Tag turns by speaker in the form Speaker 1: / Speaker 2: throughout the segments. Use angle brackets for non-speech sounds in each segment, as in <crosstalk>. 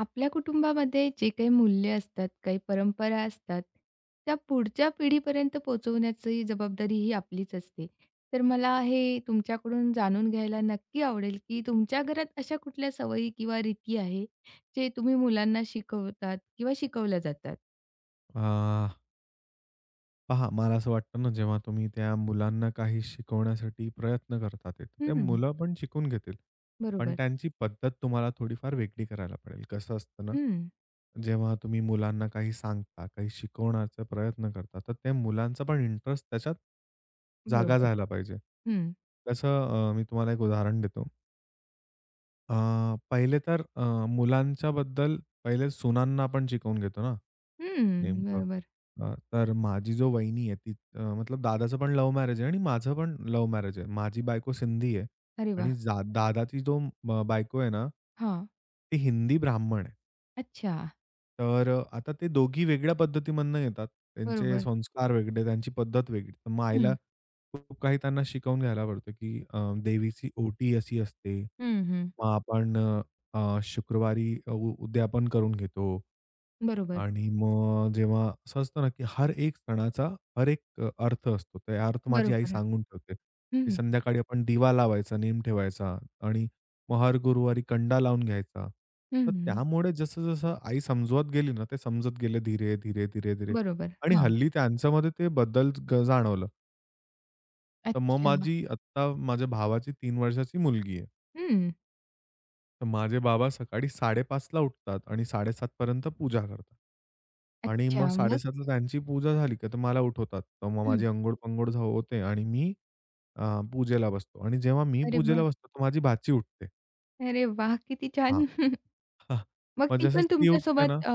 Speaker 1: आपल्या कुटुंबामध्ये जे काही मूल्य असतात, काही परंपरा असतात, त्या पुढच्या पिढीपर्यंत पोहोचवण्याची जबाबदारी ही आपलीच असते. तर मला हे तुमच्याकडून जाणून घ्यायला नक्की आवडेल, की तुमच्या घरात अशा कुठल्या सवयी किंवा रीती आहे, जे तुम्ही मुलांना शिकवतात किंवा शिकवल्या जातात?
Speaker 2: अ, पहा मला असं वाटतं ना, जेव्हा तुम्ही त्या मुलांना काही शिकवण्यासाठी प्रयत्न करतात आहे, तर ते
Speaker 1: हं,
Speaker 2: मुलं पण शिकून घेतील. पण
Speaker 1: बरोबर.
Speaker 2: त्यांची पद्धत तुम्हाला थोडीफार वेगळी करायला पडेल. कसं असतं ना,
Speaker 1: हं,
Speaker 2: जेव्हा तुम्ही मुलांना काही सांगता, काही शिकवण्याचा प्रयत्न करता, तर त्या मुलांचा पण इंटरेस्ट त्याच्यात जागा
Speaker 1: बरोबर.
Speaker 2: झाला पाहिजे.
Speaker 1: हं,
Speaker 2: तसं मी तुम्हाला एक उदाहरण देतो. अ, पहिले तर अ, बद्दल पहिले सुनांना आपण शिकवून घेतो ना,
Speaker 1: हं,
Speaker 2: नेमकं.
Speaker 1: बरोबर.
Speaker 2: तर माझी जो वहिनी आहे ती मतलब दादाचं पण लव्ह मॅरेज आहे आणि माझं पण लव्ह मॅरेज आहे. माझी बायको सिंधी आहे
Speaker 1: अरे
Speaker 2: आणि
Speaker 1: वाह!
Speaker 2: दादाची जो बायको आहे ना,
Speaker 1: हां.
Speaker 2: ती हिंदी ब्राह्मण आहे.
Speaker 1: अच्छा.
Speaker 2: तर आता ते दोघी वेगळ्या पद्धतीमधनं येतात. त्यांचे
Speaker 1: बरोबर.
Speaker 2: संस्कार वेगळे, त्यांची पद्धत वेगळी. तर मग आईला
Speaker 1: हं,
Speaker 2: खूप काही त्यांना शिकवून घ्यायला पडतं, की देवीची ओटी अशी असते.
Speaker 1: हं, हं.
Speaker 2: मग आपण अ, अ, शुक्रवारी उद्यापन करून घेतो.
Speaker 1: बरोबर,
Speaker 2: आणि मग जेव्हा असं असतं ना, की हर एक सणाचा हर एक अर्थ असतो. ते अर्थ माझी आई
Speaker 1: बरोबर.
Speaker 2: सांगून ठेवते, की
Speaker 1: हं,
Speaker 2: संध्याकाळी आपण दिवा लावायचा, नेम ठेवायचा आणि मग हर गुरुवारी कंडा लावून घ्यायचा. तर
Speaker 1: हं,
Speaker 2: त्यामुळे जसं-जसं आई समजवत गेली ना, ते समजत गेले धीरे, धीरे, धीरे, धीरे
Speaker 1: बरोबर.
Speaker 2: आणि
Speaker 1: हां.
Speaker 2: हल्ली त्यांच्यामध्ये ते बदल जाणवलं. तर मग
Speaker 1: अच्छा.
Speaker 2: माझी आत्ता माझ्या भावाची 3 वर्षाची मुलगी आहे.
Speaker 1: हं.
Speaker 2: तर माझे बाबा सकाळी 5:30 ला उठतात आणि 7:30 पर्यंत पूजा करतात. आणि
Speaker 1: अच्छा.
Speaker 2: मग
Speaker 1: मग?
Speaker 2: 7:30 त्यांची पूजा झाली का तर मला उठवतात. तर मग
Speaker 1: हं.
Speaker 2: माझी अंघोळ-पांघोळ होते आणि मी अ, पूजेला बसतो आणि जेव्हा मी
Speaker 1: अरे वाह!
Speaker 2: पूजेला बसतो, तर माझी भाची उठते.
Speaker 1: अरे वाह! किती
Speaker 2: हां.
Speaker 1: छान. <laughs>
Speaker 2: <laughs>
Speaker 1: मग
Speaker 2: मग
Speaker 1: ती
Speaker 2: जसं
Speaker 1: पण
Speaker 2: ती उठते ना.
Speaker 1: तुमच्यासोबत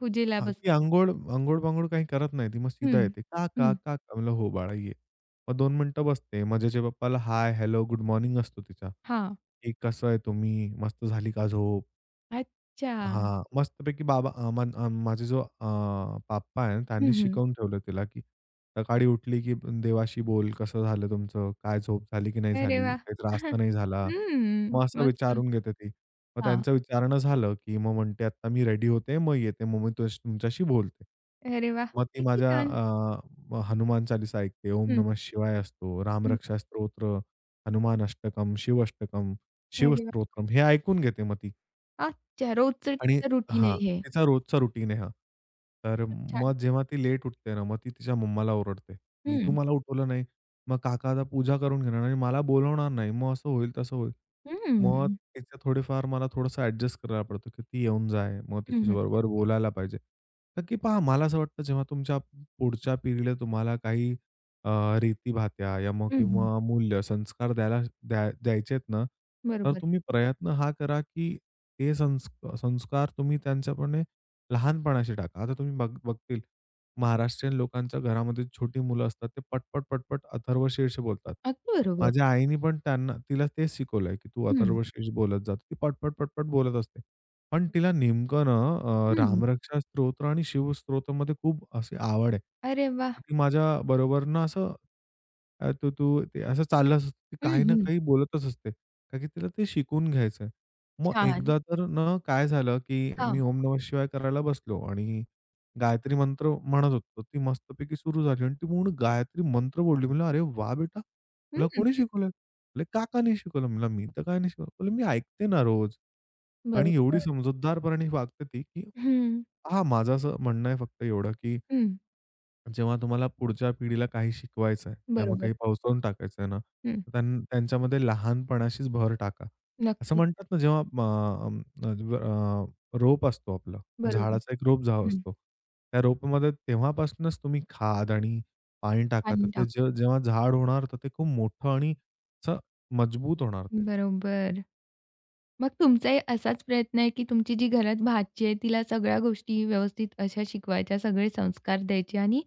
Speaker 1: पूजेला
Speaker 2: हां, ती
Speaker 1: बसते.
Speaker 2: अंघोळ-पांघोळ काही करत नाही. ती मग सीधा
Speaker 1: हं,
Speaker 2: येते. "काका,
Speaker 1: हं.
Speaker 2: काका." म्हणलं, "हो बाळा, ये." मग दोन मिनिटं बसते. मग त्याच्या पप्पाला हाय, हॅलो, गुड मॉर्निंग असतो तिचा,
Speaker 1: हां.
Speaker 2: की "कसं आहे तुम्ही? मस्त झाली का झोप?"
Speaker 1: अच्छा.
Speaker 2: हां. मस्तपैकी बाबा अ, मन अ, माझे जो अ, पाप्पा आहे ना,
Speaker 1: हं,
Speaker 2: त्यांनी
Speaker 1: हं.
Speaker 2: शिकवून ठेवलं तिला, की सकाळी उठली, की देवाशी बोल, कसं झालं तुमचं? काय झोप झाली की नाही
Speaker 1: अरे
Speaker 2: झाली?
Speaker 1: वाह!
Speaker 2: काही त्रास तर
Speaker 1: <laughs>
Speaker 2: नाही झाला?
Speaker 1: हं.
Speaker 2: मग असं
Speaker 1: मस्त.
Speaker 2: विचारून घेते ती. मग
Speaker 1: हां.
Speaker 2: त्यांचं विचारणं झालं, की मग म्हणते, "आता मी रेडी होते, मग येते, मग मी तुमच्याशी बोलते."
Speaker 1: अरे वाह!
Speaker 2: मग ती
Speaker 1: किती
Speaker 2: माझ्या
Speaker 1: छान.
Speaker 2: अ, म हनुमान चालीसा ऐकते. ओम
Speaker 1: हं,
Speaker 2: नमः शिवाय असतो,
Speaker 1: हं.
Speaker 2: रामरक्षा स्तोत्र, हनुमान अष्टकम, शिव अष्टकम, शिव
Speaker 1: अरे वाह!
Speaker 2: स्तोत्रम हे ऐकून घेते मग ती.
Speaker 1: अच्छा. रोजचं
Speaker 2: आणि
Speaker 1: तिचं रुटीन
Speaker 2: हां,
Speaker 1: आहे हे.
Speaker 2: तिचा रोजचा रुटीन आहे हा. तर
Speaker 1: खूप छान.
Speaker 2: मग जेव्हा ती लेट उठते ना, मग ती तिच्या मम्माला ओरडते, की
Speaker 1: हं,
Speaker 2: "तू
Speaker 1: हं.
Speaker 2: मला उठवलं नाही. मग काका आता पूजा करून घेणार आणि मला बोलवणार नाही. मग असं होईल, तसं होईल." मग तिचं थोडेफार मला थोडंसं ॲडजस्ट करायला पडतो, की ती येऊन जाय. मग
Speaker 1: हं, हं.
Speaker 2: तिच्याबरोबर बोलायला पाहिजे. कारण की पहा मला असं वाटतं जेव्हा तुमच्या पुढच्या पिढीला तुम्हाला काही अ, रीती-भात्या या मग
Speaker 1: हं, हं.
Speaker 2: किंवा मूल्य, संस्कार द्यायला द्या द्यायचे ना, तर
Speaker 1: बरोबर.
Speaker 2: तुम्ही प्रयत्न हा करा, की ते संस संस्कार तुम्ही त्यांच्यापणे लहानपणाशी टाका. आता तुम्ही बघतील, महाराष्ट्रीयन लोकांच्या घरामध्ये छोटी मुलं असतात. ते पटपट, पटपट अथर्वशीर्ष बोलतात.
Speaker 1: अगदी बरोबर.
Speaker 2: माझ्या आईनी पण तिला तेच शिकवलंय, की तू
Speaker 1: हं,
Speaker 2: अथर्वशीर्ष बोलत जा. ती पटपट, पटपट बोलत असते. पण तिला नेमकं ना
Speaker 1: हं.
Speaker 2: रामरक्षा स्तोत्र आणि शिवस्तोत्रमध्ये खूप अशी आवड आहे.
Speaker 1: अरे वाह!
Speaker 2: ती माझ्याबरोबर ना असं अ, तू तू ते असं चाललं असतं. ती
Speaker 1: हं,
Speaker 2: काही ना
Speaker 1: हं.
Speaker 2: काही बोलतच असते. का की तिला ते शिकून घ्यायचंय. मग
Speaker 1: छान.
Speaker 2: एकदा तर ना काय झालं, की
Speaker 1: हां.
Speaker 2: मी ओम नमः शिवाय करायला बसलो आणि गायत्री मंत्र म्हणत होतो. ती मस्तपैकी सुरू झाली आणि ती पूर्ण गायत्री मंत्र बोलली. म्हणलं, "अरे वाह बेटा!
Speaker 1: हं,
Speaker 2: तुला कोणी शिकवलं?" म्हणाले, "काकांनी शिकवलं." म्हणलं, "मी तर काही नाही शिकवलं." म्हणलं, "मी ऐकते ना रोज." आणि एवढी
Speaker 1: बरोबर.
Speaker 2: समजूतदारपणे वागते ती, की
Speaker 1: हं.
Speaker 2: हां, माझं असं म्हणणं आहे फक्त एवढं, की
Speaker 1: हं,
Speaker 2: जेव्हा तुम्हाला पुढच्या पिढीला काही शिकवायचं आहे किंवा मग
Speaker 1: बरोबर.
Speaker 2: काही पावसावून टाकायचं आहे ना,
Speaker 1: हं,
Speaker 2: तर त्यांच्यामध्ये लहानपणाशीच भर टाका. असं
Speaker 1: नक्कीच.
Speaker 2: म्हणतात ना, जेव्हा रोप असतो आपलं,
Speaker 1: बरोबर.
Speaker 2: झाडाचा एक रोप
Speaker 1: हं,
Speaker 2: असतो. त्या रोपामध्ये तेव्हापासूनच तुम्ही खाद आणि पाणी टाका, तर
Speaker 1: पाणी
Speaker 2: ते
Speaker 1: टाका.
Speaker 2: जे जेव्हा झाड होणार, तर ते खूप मोठं आणि असं मजबूत होणार ते.
Speaker 1: बरोबर. मग तुमचाही असाच प्रयत्न आहे, की तुमची जी घरात भाची आहे, तिला सगळ्या गोष्टी व्यवस्थित अशा शिकवायच्या, सगळे संस्कार द्यायचे आणि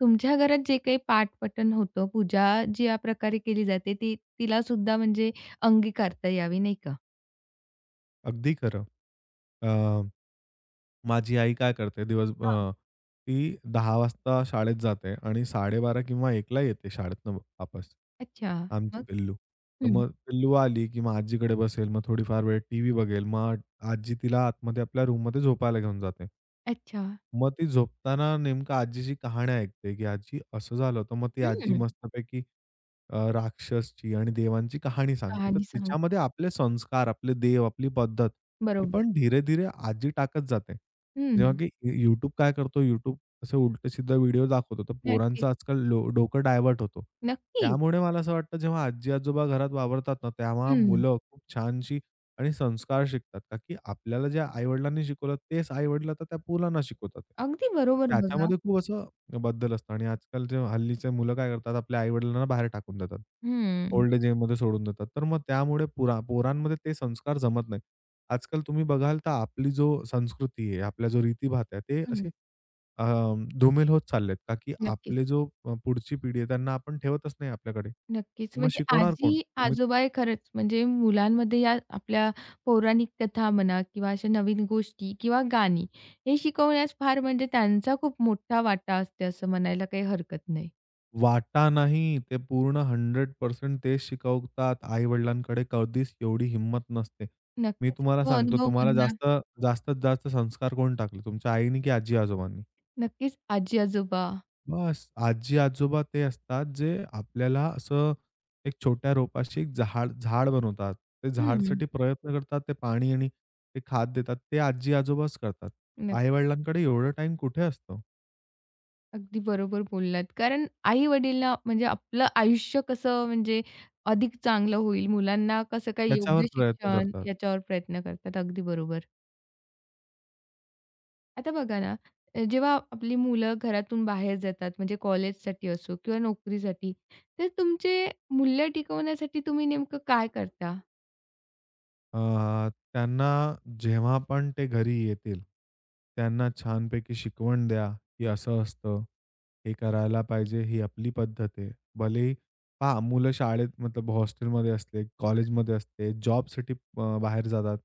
Speaker 1: तुमच्या घरात जे काही पाठ-पठण होतं, पूजा ज्या प्रकारे केली जाते, ती तिलासुद्धा म्हणजे अंगीकारता यावी, नाही का?
Speaker 2: अगदी खरं. अ माझी आई काय करते दिवस
Speaker 1: हां.
Speaker 2: ती 10 वाजता शाळेत जाते आणि 12:30 किंवा 1ला येते शाळेतनं वापस,
Speaker 1: अच्छा,
Speaker 2: आमची
Speaker 1: मग?
Speaker 2: पिल्लू. तर
Speaker 1: हं.
Speaker 2: मग पिल्लू आली, की मग आजीकडे बसेल, मग थोडीफार वेळ टीव्ही बघेल. मग आजी तिला आतमध्ये आपल्या रूममध्ये झोपायला घेऊन जाते.
Speaker 1: अच्छा.
Speaker 2: मग ती झोपताना नेमकं आजीची कहाणी ऐकते, की आजी असं झालं होतं. मग ती आजी
Speaker 1: हं,
Speaker 2: मस्तपैकी राक्षसची आणि देवांची कहाणी सांगतो. तर
Speaker 1: कहाणी सांग
Speaker 2: तिच्यामध्ये आपले संस्कार, आपले देव, आपली पद्धत, ही
Speaker 1: बरोबर.
Speaker 2: पण धीरे-धीरे आजी टाकत जाते. जेव्हा
Speaker 1: हं,
Speaker 2: की YouTube असे उलटं-सिद्धा व्हिडिओ दाखवतो. तर पोरांचं
Speaker 1: नक्कीच.
Speaker 2: आजकाल डोकं डायव्हर्ट होतो.
Speaker 1: नक्कीच.
Speaker 2: त्यामुळे मला असं वाटतं जेव्हा आजी-आजोबा घरात वावरतात ना, तेव्हा
Speaker 1: हं.
Speaker 2: मुलं खूप छानशी आणि संस्कार शिकतात. का की आपल्याला जे आई शिकवलं तेच आई आता त्या मुलांना शिकवतात.
Speaker 1: अगदी
Speaker 2: तर
Speaker 1: बरोबर बघा.
Speaker 2: त्याच्यामध्ये खूप असं बद्दल असतं आणि आजकालचे हल्लीचे मुलं काय करतात, आपल्या आई-वडिलांना बाहेर टाकून देतात. हो.
Speaker 1: हं.
Speaker 2: ओल्ड एजमध्ये सोडून देतात. तर मग त्यामुळे पुरा पोरांमध्ये ते संस्कार जमत नाही. आजकाल तुम्ही बघाल तर आपली जो संस्कृती आहे, आपल्या जो रीतीभात आहे, ते
Speaker 1: हं.
Speaker 2: असे अ, धूमिल होत चाललेत का की
Speaker 1: नक्कीच,
Speaker 2: आपले जो पुढची पिढी आहे त्यांना आपण ठेवतच नाही आपल्याकडे.
Speaker 1: नक्कीच.
Speaker 2: मग
Speaker 1: म्हणजे
Speaker 2: शिकवणार कोण? तुम्ही
Speaker 1: आजी-आजोबा हे खरंच म्हणजे मुलांमध्ये या आपल्या पौराणिक कथा म्हणा किंवा अशा नवीन गोष्टी किंवा गाणी हे शिकवण्यास फार म्हणजे त्यांचा खूप मोठा वाटा असते असं म्हणायला काही हरकत नाही.
Speaker 2: वाटा नाही. ते पूर्ण 100% तेच शिकवतात. आई-वडिलांकडे कधीच एवढी हिंमत नसते. मी
Speaker 1: नक्कीच
Speaker 2: तुम्हाला
Speaker 1: तो
Speaker 2: सांगतो,
Speaker 1: अनुभव
Speaker 2: तुम्हाला
Speaker 1: म्हणा
Speaker 2: जास्त जास्तीत जास्त संस्कार कोण टाकले? तुमच्या आईनी की आजी-आजोबांनी?
Speaker 1: नक्कीच आजी-आजोबा.
Speaker 2: बस आजी-आजोबा ते असतात, जे आपल्याला असं एक छोट्या रोपाशी एक झाड झाड बनवतात. ते
Speaker 1: हं.
Speaker 2: झाडसाठी प्रयत्न करतात. ते पाणी आणि ते खाद देतात. ते आजी-आजोबाच करतात. आई-वडिलांकडे एवढं टाईम कुठे असतो?
Speaker 1: अगदी बरोबर बोललात. कारण आई-वडिलांना म्हणजे आपलं आयुष्य कसं म्हणजे अधिक चांगलं होईल, मुलांना कसं काय
Speaker 2: त्याच्यावर
Speaker 1: योग्य
Speaker 2: प्रयत्न
Speaker 1: शिक्षण
Speaker 2: करतात.
Speaker 1: याच्यावर प्रयत्न करतात. अगदी बरोबर. आता बघा ना, जेव्हा आपली मुलं घरातून बाहेर जातात म्हणजे कॉलेजसाठी असो किंवा नोकरीसाठी, तर तुमचे मूल्य टिकवण्यासाठी तुम्ही नेमकं काय करता?
Speaker 2: त्यांना जेव्हा पण ते घरी येतील, त्यांना छानपैकी शिकवण द्या, की असं असतं, हे करायला पाहिजे, ही आपली पद्धत आहे. भलेही पहा मुलं शाळेत मतलब हॉस्टेलमध्ये असते, कॉलेजमध्ये असते, जॉबसाठी बाहेर जातात.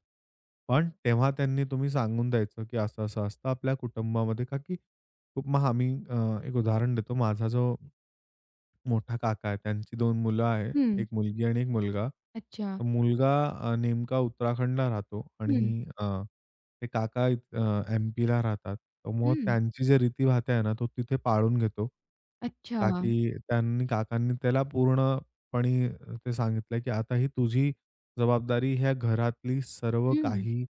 Speaker 2: पण तेव्हा त्यांनी तुम्ही सांगून द्यायचं, की असं-असं असतं आपल्या कुटुंबामध्ये का की खूप मग आम्ही एक उदाहरण देतो. माझा जो मोठा काका आहे. त्यांची दोन मुलं आहे.
Speaker 1: हं.
Speaker 2: एक मुलगी आणि 1 मुलगा.
Speaker 1: अच्छा.
Speaker 2: तर मुलगा नेमका उत्तराखंडला राहतो
Speaker 1: हं,
Speaker 2: आणि ते काका एम-पीला राहतात. तर मग
Speaker 1: हं.
Speaker 2: त्यांची जे रीतीभाती आहे ना, तो तिथे पाळून घेतो.
Speaker 1: अच्छा.
Speaker 2: ताकी काकांनी त्याला पूर्णपणे ते सांगितलं, की आता ही तुझी जबाबदारी ह्या घरातली सर्व
Speaker 1: हं,
Speaker 2: काही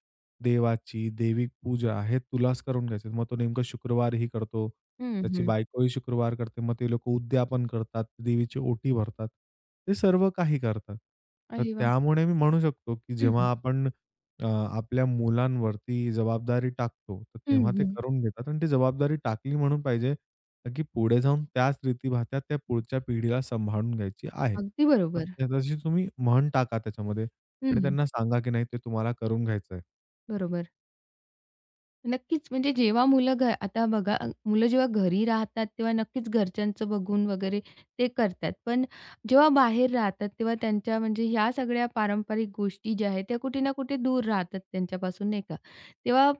Speaker 2: देवाची दैविक पूजा आहे तुलाच करून घ्यायची. मग तो नेमकं शुक्रवारीही करतो.
Speaker 1: हं,
Speaker 2: त्याची
Speaker 1: हं.
Speaker 2: बायकोही शुक्रवार करते. मग ते लोकं उद्यापन करतात. देवीची ओटी भरतात. ते सर्व काही करतात. तर
Speaker 1: अरे वाह!
Speaker 2: त्यामुळे मी म्हणू शकतो, की
Speaker 1: हं,
Speaker 2: जेव्हा आपण आपल्या मुलांवरती जबाबदारी टाकतो, तर
Speaker 1: हं,
Speaker 2: तेव्हा ते
Speaker 1: हं.
Speaker 2: करून घेतात आणि ती जबाबदारी टाकली म्हणून पाहिजे, की पुढे जाऊन त्याच रीतीभात्या त्या पुढच्या पिढीला सांभाळून घ्यायची आहे.
Speaker 1: अगदी
Speaker 2: तर
Speaker 1: बरोबर.
Speaker 2: त्याची तुम्ही म्हण टाका त्याच्यामध्ये आणि
Speaker 1: हं,
Speaker 2: त्यांना सांगा, की नाही ते तुम्हाला करून घ्यायचंय.
Speaker 1: बरोबर. नक्कीच. म्हणजे जेव्हा मुलं घ आता बघा मुलं जेव्हा घरी राहतात तेव्हा नक्कीच घरच्यांचं बघून वगैरे ते करतात. पण जेव्हा बाहेर राहतात तेव्हा त्यांच्या म्हणजे ह्या सगळ्या पारंपरिक गोष्टी ज्या आहेत त्या कुठे ना कुठे दूर राहतात त्यांच्यापासून नाही का. तेव्हा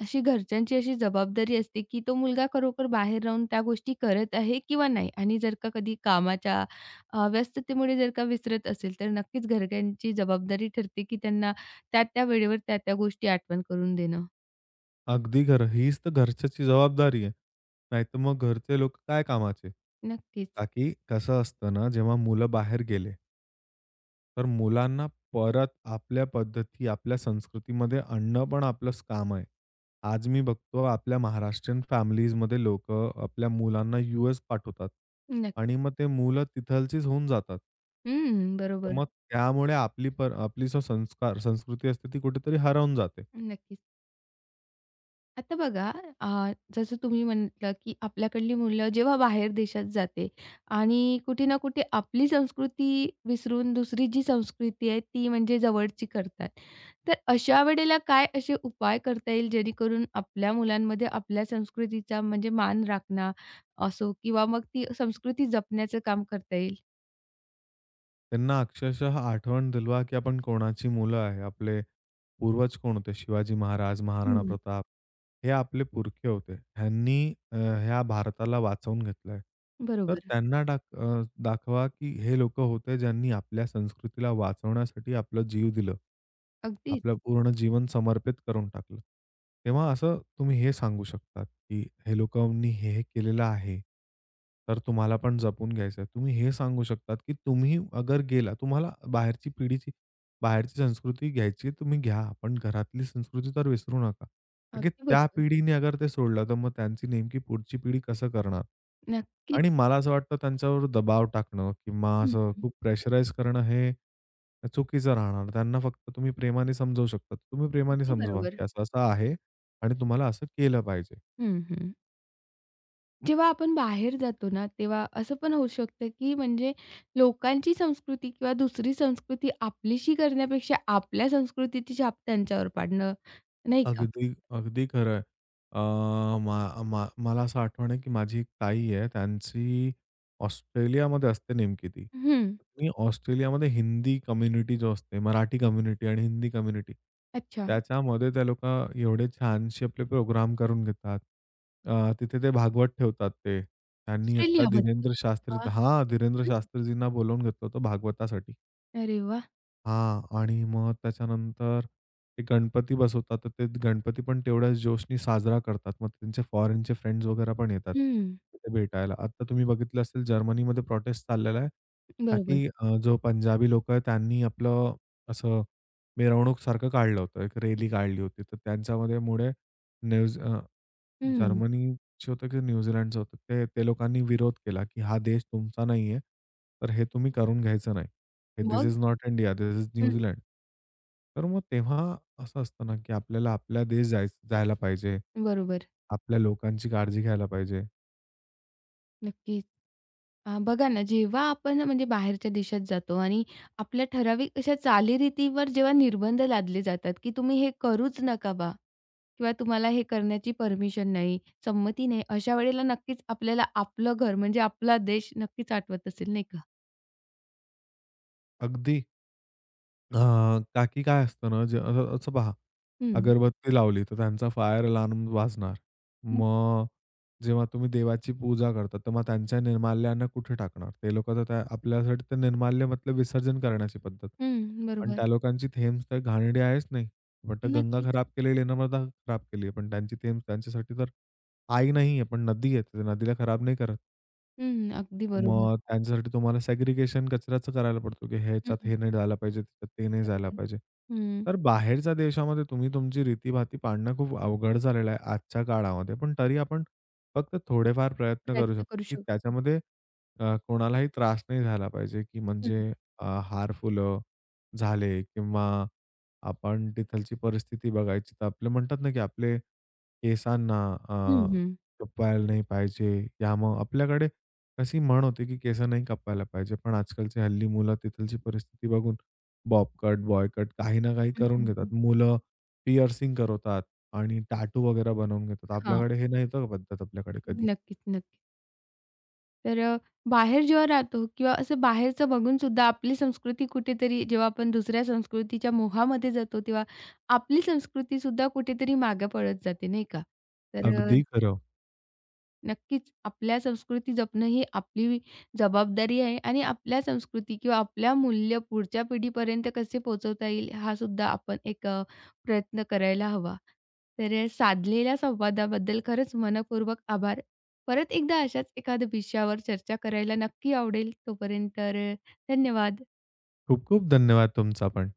Speaker 1: अशी घरच्यांची अशी जबाबदारी असते, की तो मुलगा खरोखर बाहेर राहून त्या गोष्टी करत आहे किंवा नाही. आणि जर का कधी कामाच्या व्यस्ततेमुळे जर का विसरत असेल तर नक्कीच घरच्यांची जबाबदारी ठरते, की त्यांना त्या-त्या वेळेवर त्या-त्या गोष्टी आठवण करून देणं.
Speaker 2: अगदी खरं. हीच तर घरच्याची जबाबदारी आहे. नाहीतर मग घरचे लोक काय कामाचे?
Speaker 1: नक्कीच.
Speaker 2: का की कसं असतं ना, जेव्हा मुलं बाहेर गेले, तर मुलांना परत आपल्या पद्धती, आपल्या संस्कृतीमध्ये आणणं पण आपलंच काम आहे. आज मी बघतो आपल्या महाराष्ट्रीयन फॅमिलीजमध्ये लोकं आपल्या मुलांना यू-एस पाठवतात
Speaker 1: नक्क
Speaker 2: आणि मग ते मुलं तिथलचीच होऊन जातात.
Speaker 1: हं,
Speaker 2: तर
Speaker 1: बरोबर.
Speaker 2: मग त्यामुळे आपली जो संस्कृती असते, ती कुठेतरी हरवून जाते.
Speaker 1: नक्कीच. आता बघा जसं तुम्ही म्हटलं, की आपल्याकडली मुलं जेव्हा बाहेर देशात जाते आणि कुठे ना कुठे आपली संस्कृती विसरून दुसरी जी संस्कृती आहे, ती म्हणजे जवळची करतात. तर अशा वेळेला काय असे उपाय करता येईल, जेणेकरून आपल्या मुलांमध्ये आपल्या संस्कृतीचा म्हणजे मान राखणं असो किंवा मग ती संस्कृती जपण्याचं काम करता येईल?
Speaker 2: त्यांना अक्षरशः आठवण दिलवा, की आपण कोणाची मुलं आहे. आपले पूर्वज कोण होते? शिवाजी महाराज, महाराणा
Speaker 1: हं.
Speaker 2: प्रताप हे आपले पुरखे होते. ह्यांनी ह्या भारताला वाचवून घेतलंय. तर
Speaker 1: बरोबर.
Speaker 2: त्यांना दाखवा, की हे लोकं होते ज्यांनी आपल्या संस्कृतीला वाचवण्यासाठी आपलं जीव दिलं.
Speaker 1: अगदीच.
Speaker 2: आपलं पूर्ण जीवन समर्पित करून टाकलं. तेव्हा असं तुम्ही हे सांगू शकतात, की लोकांनी हे केलेलं आहे. तर तुम्हाला पण जपून घ्यायचं तुम्ही हे सांगू शकतात, की तुम्ही अगर गेला तुम्हाला बाहेरची पिढीची बाहेरची संस्कृती घ्यायची तुम्ही घ्या, पण घरातली संस्कृती तर विसरू नका. कारण की
Speaker 1: अगदी
Speaker 2: त्या
Speaker 1: बरोबर.
Speaker 2: पिढीने अगर ते सोडलं, तर मग त्यांची नेमकी पुढची पिढी कसं करणार?
Speaker 1: नक्कीच.
Speaker 2: आणि मला असं वाटतं त्यांच्यावर दबाव टाकणं किंवा
Speaker 1: हं,
Speaker 2: असं खूप प्रेशराईज करणं हे चुकीचं राहणार. त्यांना फक्त तुम्ही प्रेमाने समजावू शकता. तुम्ही प्रेमाने
Speaker 1: अगदी
Speaker 2: समजवा,
Speaker 1: बरोबर.
Speaker 2: की असं-असं आहे आणि तुम्हाला असं केलं पाहिजे.
Speaker 1: हं, हं. जेव्हा आपण बाहेर जातो ना, तेव्हा असं पण होऊ शकतं, की म्हणजे लोकांची संस्कृती किंवा दुसरी संस्कृती आपलीशी करण्यापेक्षा आपल्या संस्कृतीची छाप त्यांच्यावर पाडणं, नाही का?
Speaker 2: अगदी, अगदी खरं आहे. अ, मा मा मला असं आठवण आहे, की माझी एक ताई आहे, त्यांची ऑस्ट्रेलियामध्ये असते नेमकी ती.
Speaker 1: हं.
Speaker 2: आणि ऑस्ट्रेलियामध्ये हिंदी कम्युनिटी जो असते, मराठी कम्युनिटी आणि हिंदी कम्युनिटी,
Speaker 1: अच्छा.
Speaker 2: त्याच्यामध्ये त्या लोकं एवढे छानसे आपले प्रोग्राम करून घेतात. तिथे ते भागवत ठेवतात ते. त्यांनी आता
Speaker 1: ऑस्ट्रेलियामध्ये का?
Speaker 2: धीरेंद्र
Speaker 1: हं.
Speaker 2: शास्त्रीजींना बोलावून घेतलं होतं भागवतासाठी.
Speaker 1: अरे वाह!
Speaker 2: हां. आणि मग त्याच्यानंतर ते गणपती बसवतात. तर ते गणपती पण तेवढ्याच जोशनी साजरा करतात. मग त्यांचे फॉरेनचे फ्रेंड्स वगैरे पण येतात
Speaker 1: हं.
Speaker 2: तिथे भेटायला. आता तुम्ही बघितलं असेल जर्मनीमध्ये प्रोटेस्ट चाललेला आहे. का
Speaker 1: बरोबर.
Speaker 2: की जो पंजाबी लोकं आहेत त्यांनी आपलं असं मिरवणूकसारखं काढलं होतं. एक रॅली काढली होती. तर त्यांच्यामध्ये मुळे न्यूज अ
Speaker 1: हं.
Speaker 2: जर्मनीचं होतं की न्यूझीलंडचं होतं. ते ते लोकांनी विरोध केला की हा देश तुमचा नाहीये, तर हे तुम्ही करून घ्यायचं नाही. हे "धिस
Speaker 1: मग?
Speaker 2: Is not India, this is
Speaker 1: hmm.
Speaker 2: New Zealand." तर मग तेव्हा असं असतं ना की आपल्याला आपल्या देश जायला पाहिजे.
Speaker 1: बरोबर.
Speaker 2: आपल्या लोकांची काळजी घ्यायला पाहिजे.
Speaker 1: नक्कीच. बघा ना, जेव्हा आपण म्हणजे बाहेरच्या देशात जातो आणि आपल्या ठराविक अशा चालीरीतीवर जेव्हा निर्बंध लादले जातात, की तुम्ही हे करूच नका किंवा तुम्हाला हे करण्याची परमिशन नाही, संमती नाही. अशा वेळेला नक्कीच आपल्याला आपलं घर म्हणजे आपला देश नक्कीच आठवत असेल, नाही का?
Speaker 2: अगदी हां, का काय असतं ना, जे असं असं पहा,
Speaker 1: हं.
Speaker 2: अगरबत्ती लावली तर त्यांचा फायर अलार्म वाजणार.
Speaker 1: हं,
Speaker 2: मग जेव्हा तुम्ही देवाची पूजा करता, तर मग त्यांच्या निर्माल्यांना कुठे टाकणार? ते लोकं तर त्या आपल्यासाठी ते निर्माल्य मतलब विसर्जन करण्याची पद्धत. पण
Speaker 1: बरोबर.
Speaker 2: त्या लोकांची थेम्स तर घाणेरडी आहेच नाही. पण तर गंगा
Speaker 1: नक्कीच.
Speaker 2: खराब केलेली आहे नर्मदा खराब केली आहे. पण त्यांची थेम्स त्यांच्यासाठी तर आई नाही आहे, पण नदी आहे. तर नदीला खराब नाही करत.
Speaker 1: हं, अगदी बरोबर.
Speaker 2: मग त्यांच्यासाठी तुम्हाला सेग्रीगेशन कचऱ्याचं करायला पडतो, की ह्याच्यात
Speaker 1: हं,
Speaker 2: हे नाही जायला पाहिजे, त्याच्यात ते नाही जायला
Speaker 1: बरोबर.
Speaker 2: पाहिजे.
Speaker 1: हं,
Speaker 2: तर बाहेरच्या देशामध्ये तुम्ही तुमची रीतीभाती पाळणं खूप अवघड झालेलं आहे आजच्या काळामध्ये. पण तरी आपण फक्त थोडेफार प्रयत्न करू
Speaker 1: प्रयत्न
Speaker 2: शकतो,
Speaker 1: करू
Speaker 2: की
Speaker 1: शकतो.
Speaker 2: त्याच्यामध्ये कोणालाही त्रास नाही झाला पाहिजे, की
Speaker 1: हं.
Speaker 2: म्हणजे हार, फुलं झाले किंवा आपण तिथलची परिस्थिती बघायची. तर आपले म्हणतात ना, की आपले केसांना अ,
Speaker 1: हं, हं.
Speaker 2: खपायला नाही पाहिजे. या मग आपल्याकडे अशी म्हण होती, की केस नाही कापायला पाहिजे. पण आजकालची हल्ली मुलं तिथलची परिस्थिती बघून बॉब कट, बॉय कट काही ना काही
Speaker 1: हं,
Speaker 2: करून घेतात.
Speaker 1: हं.
Speaker 2: मुलं पिअर्सिंग करवतात आणि टॅटू वगैरे बनवून घेतात. आपल्याकडे हे नाही होतं का पद्धत आपल्याकडे कधी.
Speaker 1: नक्कीच, नक्कीच. तर बाहेर जेव्हा राहतो किंवा असं बाहेरचं बघून सुद्धा आपली संस्कृती कुठेतरी जेव्हा आपण दुसऱ्या संस्कृतीच्या मोहामध्ये जातो, तेव्हा आपली संस्कृती सुद्धा कुठेतरी मागे पडत जाते, नाही का? तर अ,
Speaker 2: अगदी खरं.
Speaker 1: नक्कीच. आपल्या संस्कृती जपणं ही आपली जबाबदारी आहे आणि आपल्या संस्कृती किंवा आपल्या मूल्य पुढच्या पिढीपर्यंत कसे पोहोचवता येईल हा सुद्धा आपण एक प्रयत्न करायला हवा. तर साधलेल्या संवादाबद्दल खरंच मनःपूर्वक आभार. परत एकदा अशाच एखाद्या विषयावर चर्चा करायला नक्की आवडेल. तोपर्यंत तर धन्यवाद.
Speaker 2: खूप खूप धन्यवाद तुमचा पण.